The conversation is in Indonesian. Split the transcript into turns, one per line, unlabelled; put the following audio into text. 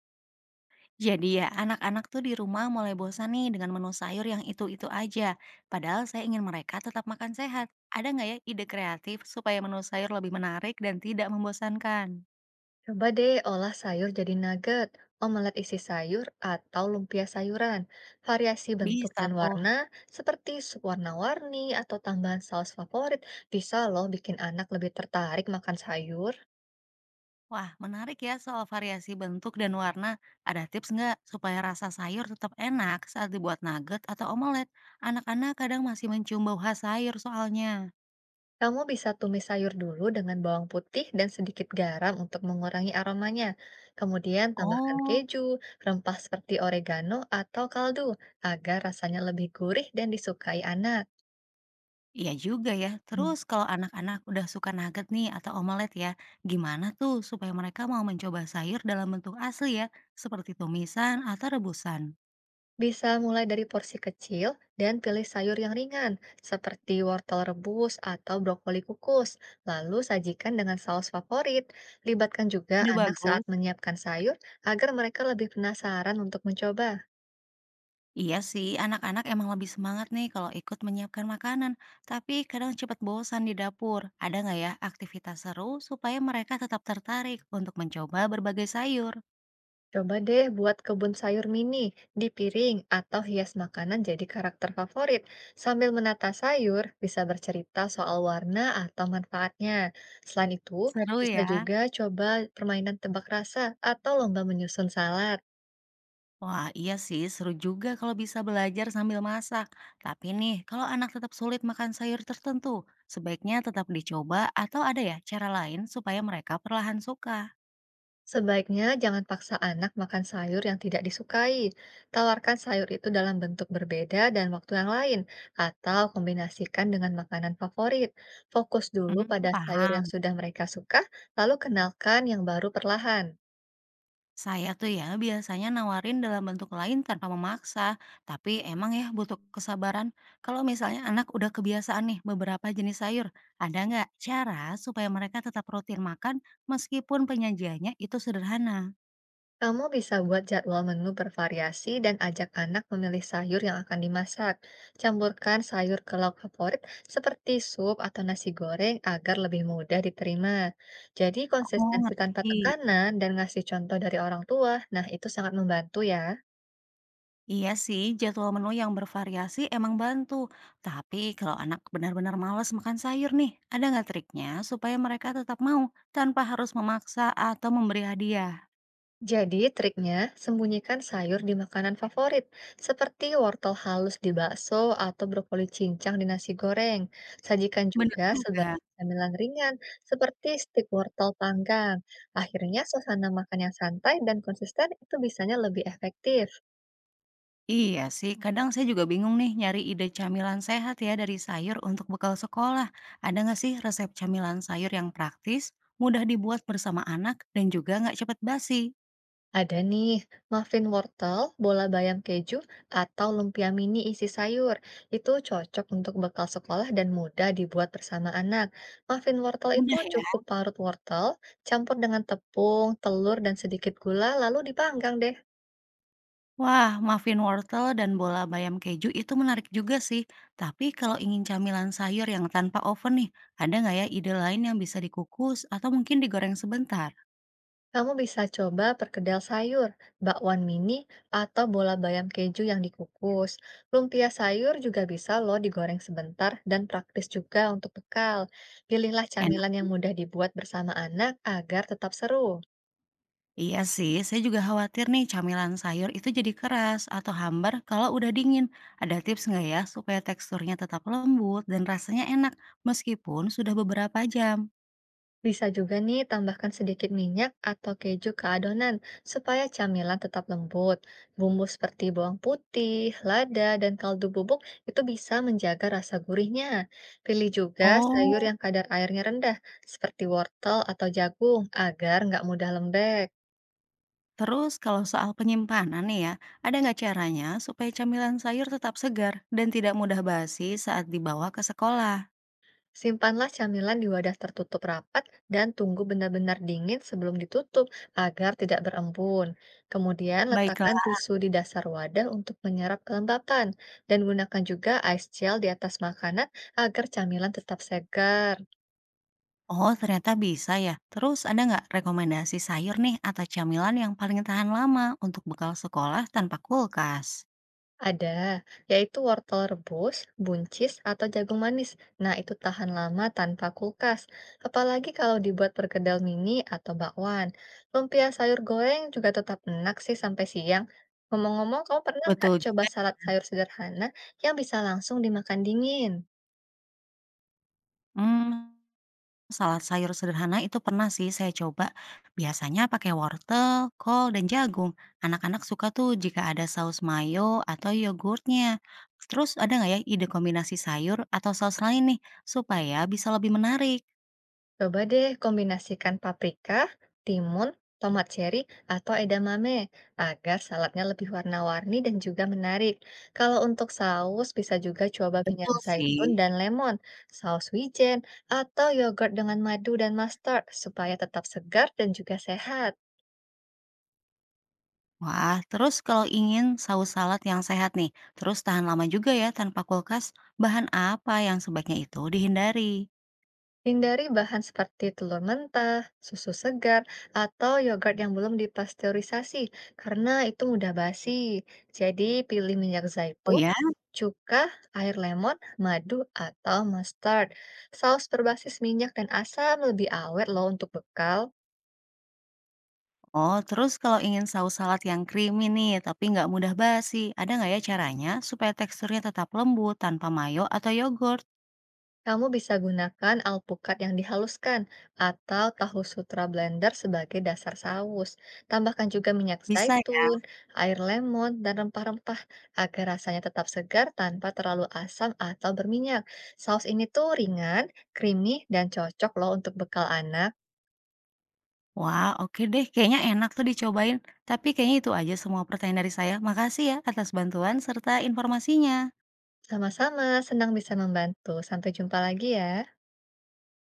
Jadi ya, anak-anak tuh di rumah mulai bosan nih dengan menu sayur yang itu-itu aja. Padahal saya ingin mereka tetap makan sehat. Ada nggak ya ide kreatif supaya menu sayur lebih menarik dan tidak membosankan?
Coba deh olah sayur jadi nugget, omelet isi sayur, atau lumpia sayuran. Variasi bentuk
Bisa
dan
tuh.
warna, seperti sup warna-warni atau tambahan saus favorit, bisa loh bikin anak lebih tertarik makan sayur.
Wah, menarik ya soal variasi bentuk dan warna. Ada tips nggak supaya rasa sayur tetap enak saat dibuat nugget atau omelet? Anak-anak kadang masih mencium bau khas sayur soalnya.
Kamu bisa tumis sayur dulu dengan bawang putih dan sedikit garam untuk mengurangi aromanya. Kemudian tambahkan
Oh,
keju, rempah seperti oregano atau kaldu, agar rasanya lebih gurih dan disukai anak.
iya juga ya. Terus kalau anak-anak udah suka nugget nih atau omelet ya, gimana tuh supaya mereka mau mencoba sayur dalam bentuk asli ya, seperti tumisan atau rebusan?
Bisa mulai dari porsi kecil dan pilih sayur yang ringan, seperti wortel rebus atau brokoli kukus. Lalu sajikan dengan saus favorit. Libatkan juga
Ide
anak saat
bagus.
menyiapkan sayur agar mereka lebih penasaran untuk mencoba.
Iya sih, anak-anak emang lebih semangat nih kalau ikut menyiapkan makanan, tapi kadang cepat bosan di dapur. Ada nggak ya aktivitas seru supaya mereka tetap tertarik untuk mencoba berbagai sayur?
Coba deh buat kebun sayur mini di piring atau hias makanan jadi karakter favorit. Sambil menata sayur, bisa bercerita soal warna atau manfaatnya. Selain itu,
Seru
bisa
ya.
juga coba permainan tebak rasa atau lomba menyusun salad.
Wah, iya sih, seru juga kalau bisa belajar sambil masak. Tapi nih, kalau anak tetap sulit makan sayur tertentu, sebaiknya tetap dicoba atau ada ya cara lain supaya mereka perlahan suka.
Sebaiknya jangan paksa anak makan sayur yang tidak disukai. Tawarkan sayur itu dalam bentuk berbeda dan waktu yang lain, atau kombinasikan dengan makanan favorit. Fokus dulu
Hmm,
pada sayur yang
paham.
sudah mereka suka, lalu kenalkan yang baru perlahan.
Saya tuh ya biasanya nawarin dalam bentuk lain tanpa memaksa, tapi emang ya butuh kesabaran. Kalau misalnya anak udah kebiasaan nih beberapa jenis sayur, ada nggak cara supaya mereka tetap rutin makan meskipun penyajiannya itu sederhana?
Kamu bisa buat jadwal menu bervariasi dan ajak anak memilih sayur yang akan dimasak. Campurkan sayur ke lauk favorit seperti sup atau nasi goreng agar lebih mudah diterima. Jadi
Oh,
konsistensi tanpa
ngerti.
tekanan dan ngasih contoh dari orang tua, nah itu sangat membantu ya.
Iya sih, jadwal menu yang bervariasi emang bantu. Tapi kalau anak benar-benar malas makan sayur nih, ada nggak triknya supaya mereka tetap mau tanpa harus memaksa atau memberi hadiah?
Jadi triknya sembunyikan sayur di makanan favorit, seperti wortel halus di bakso atau brokoli cincang di nasi goreng. Sajikan
Bener
juga sebagai
juga.
camilan ringan, seperti stik wortel panggang. Akhirnya suasana makan yang santai dan konsisten itu bisanya lebih efektif.
Iya sih, kadang saya juga bingung nih nyari ide camilan sehat ya dari sayur untuk bekal sekolah. Ada nggak sih resep camilan sayur yang praktis, mudah dibuat bersama anak, dan juga nggak cepat basi?
Ada nih, muffin wortel, bola bayam keju, atau lumpia mini isi sayur. Itu cocok untuk bekal sekolah dan mudah dibuat bersama anak. Muffin wortel itu
Mudah ya?
cukup parut wortel, campur dengan tepung, telur, dan sedikit gula, lalu dipanggang deh.
Wah, muffin wortel dan bola bayam keju itu menarik juga sih. Tapi kalau ingin camilan sayur yang tanpa oven nih, ada nggak ya ide lain yang bisa dikukus atau mungkin digoreng sebentar?
Kamu bisa coba perkedel sayur, bakwan mini, atau bola bayam keju yang dikukus. Lumpia sayur juga bisa loh digoreng sebentar dan praktis juga untuk bekal. Pilihlah
Enak.
camilan yang mudah dibuat bersama anak agar tetap seru.
Iya sih, saya juga khawatir nih camilan sayur itu jadi keras atau hambar kalau udah dingin. Ada tips nggak ya supaya teksturnya tetap lembut dan rasanya enak meskipun sudah beberapa jam?
Bisa juga nih tambahkan sedikit minyak atau keju ke adonan supaya camilan tetap lembut. Bumbu seperti bawang putih, lada, dan kaldu bubuk itu bisa menjaga rasa gurihnya. Pilih juga
Oh.
sayur yang kadar airnya rendah seperti wortel atau jagung agar nggak mudah lembek.
Terus kalau soal penyimpanan nih ya, ada nggak caranya supaya camilan sayur tetap segar dan tidak mudah basi saat dibawa ke sekolah?
Simpanlah camilan di wadah tertutup rapat dan tunggu benar-benar dingin sebelum ditutup agar tidak berembun. Kemudian letakkan
Baiklah.
tisu di dasar wadah untuk menyerap kelembapan dan gunakan juga ice gel di atas makanan agar camilan tetap segar.
Oh, ternyata bisa ya. Terus ada nggak rekomendasi sayur nih atau camilan yang paling tahan lama untuk bekal sekolah tanpa kulkas?
Ada, yaitu wortel rebus, buncis, atau jagung manis. Nah, itu tahan lama tanpa kulkas. Apalagi kalau dibuat perkedel mini atau bakwan. Lumpia sayur goreng juga tetap enak sih sampai siang. Ngomong-ngomong, kamu pernah nggak
Betul
coba
juga.
salad sayur sederhana yang bisa langsung dimakan dingin?
Hmm, salad sayur sederhana itu pernah sih saya coba. Biasanya pakai wortel, kol, dan jagung. Anak-anak suka tuh jika ada saus mayo atau yogurtnya. Terus ada nggak ya ide kombinasi sayur atau saus lain nih supaya bisa lebih menarik?
Coba deh kombinasikan paprika, timun, tomat cherry, atau edamame agar saladnya lebih warna-warni dan juga menarik. Kalau untuk saus, bisa juga coba minyak
Betul sih.
zaitun dan lemon, saus wijen, atau yogurt dengan madu dan mustard supaya tetap segar dan juga sehat.
Wah, terus kalau ingin saus salad yang sehat nih, terus tahan lama juga ya tanpa kulkas, bahan apa yang sebaiknya itu dihindari?
Hindari bahan seperti telur mentah, susu segar, atau yogurt yang belum dipasteurisasi karena itu mudah basi. Jadi pilih minyak
Oh
zaitun,
ya.
cuka, air lemon, madu, atau mustard. Saus berbasis minyak dan asam lebih awet loh untuk bekal.
Oh, terus kalau ingin saus salad yang creamy nih, tapi nggak mudah basi, ada nggak ya caranya supaya teksturnya tetap lembut tanpa mayo atau yogurt?
Kamu bisa gunakan alpukat yang dihaluskan atau tahu sutra blender sebagai dasar saus. Tambahkan juga minyak
Bisa ya?
zaitun, air lemon, dan rempah-rempah agar rasanya tetap segar tanpa terlalu asam atau berminyak. Saus ini tuh ringan, creamy, dan cocok loh untuk bekal anak.
Wah, oke deh, kayaknya enak tuh dicobain. Tapi kayaknya itu aja semua pertanyaan dari saya. Makasih ya atas bantuan serta informasinya.
Sama-sama, senang bisa membantu. Sampai jumpa lagi ya.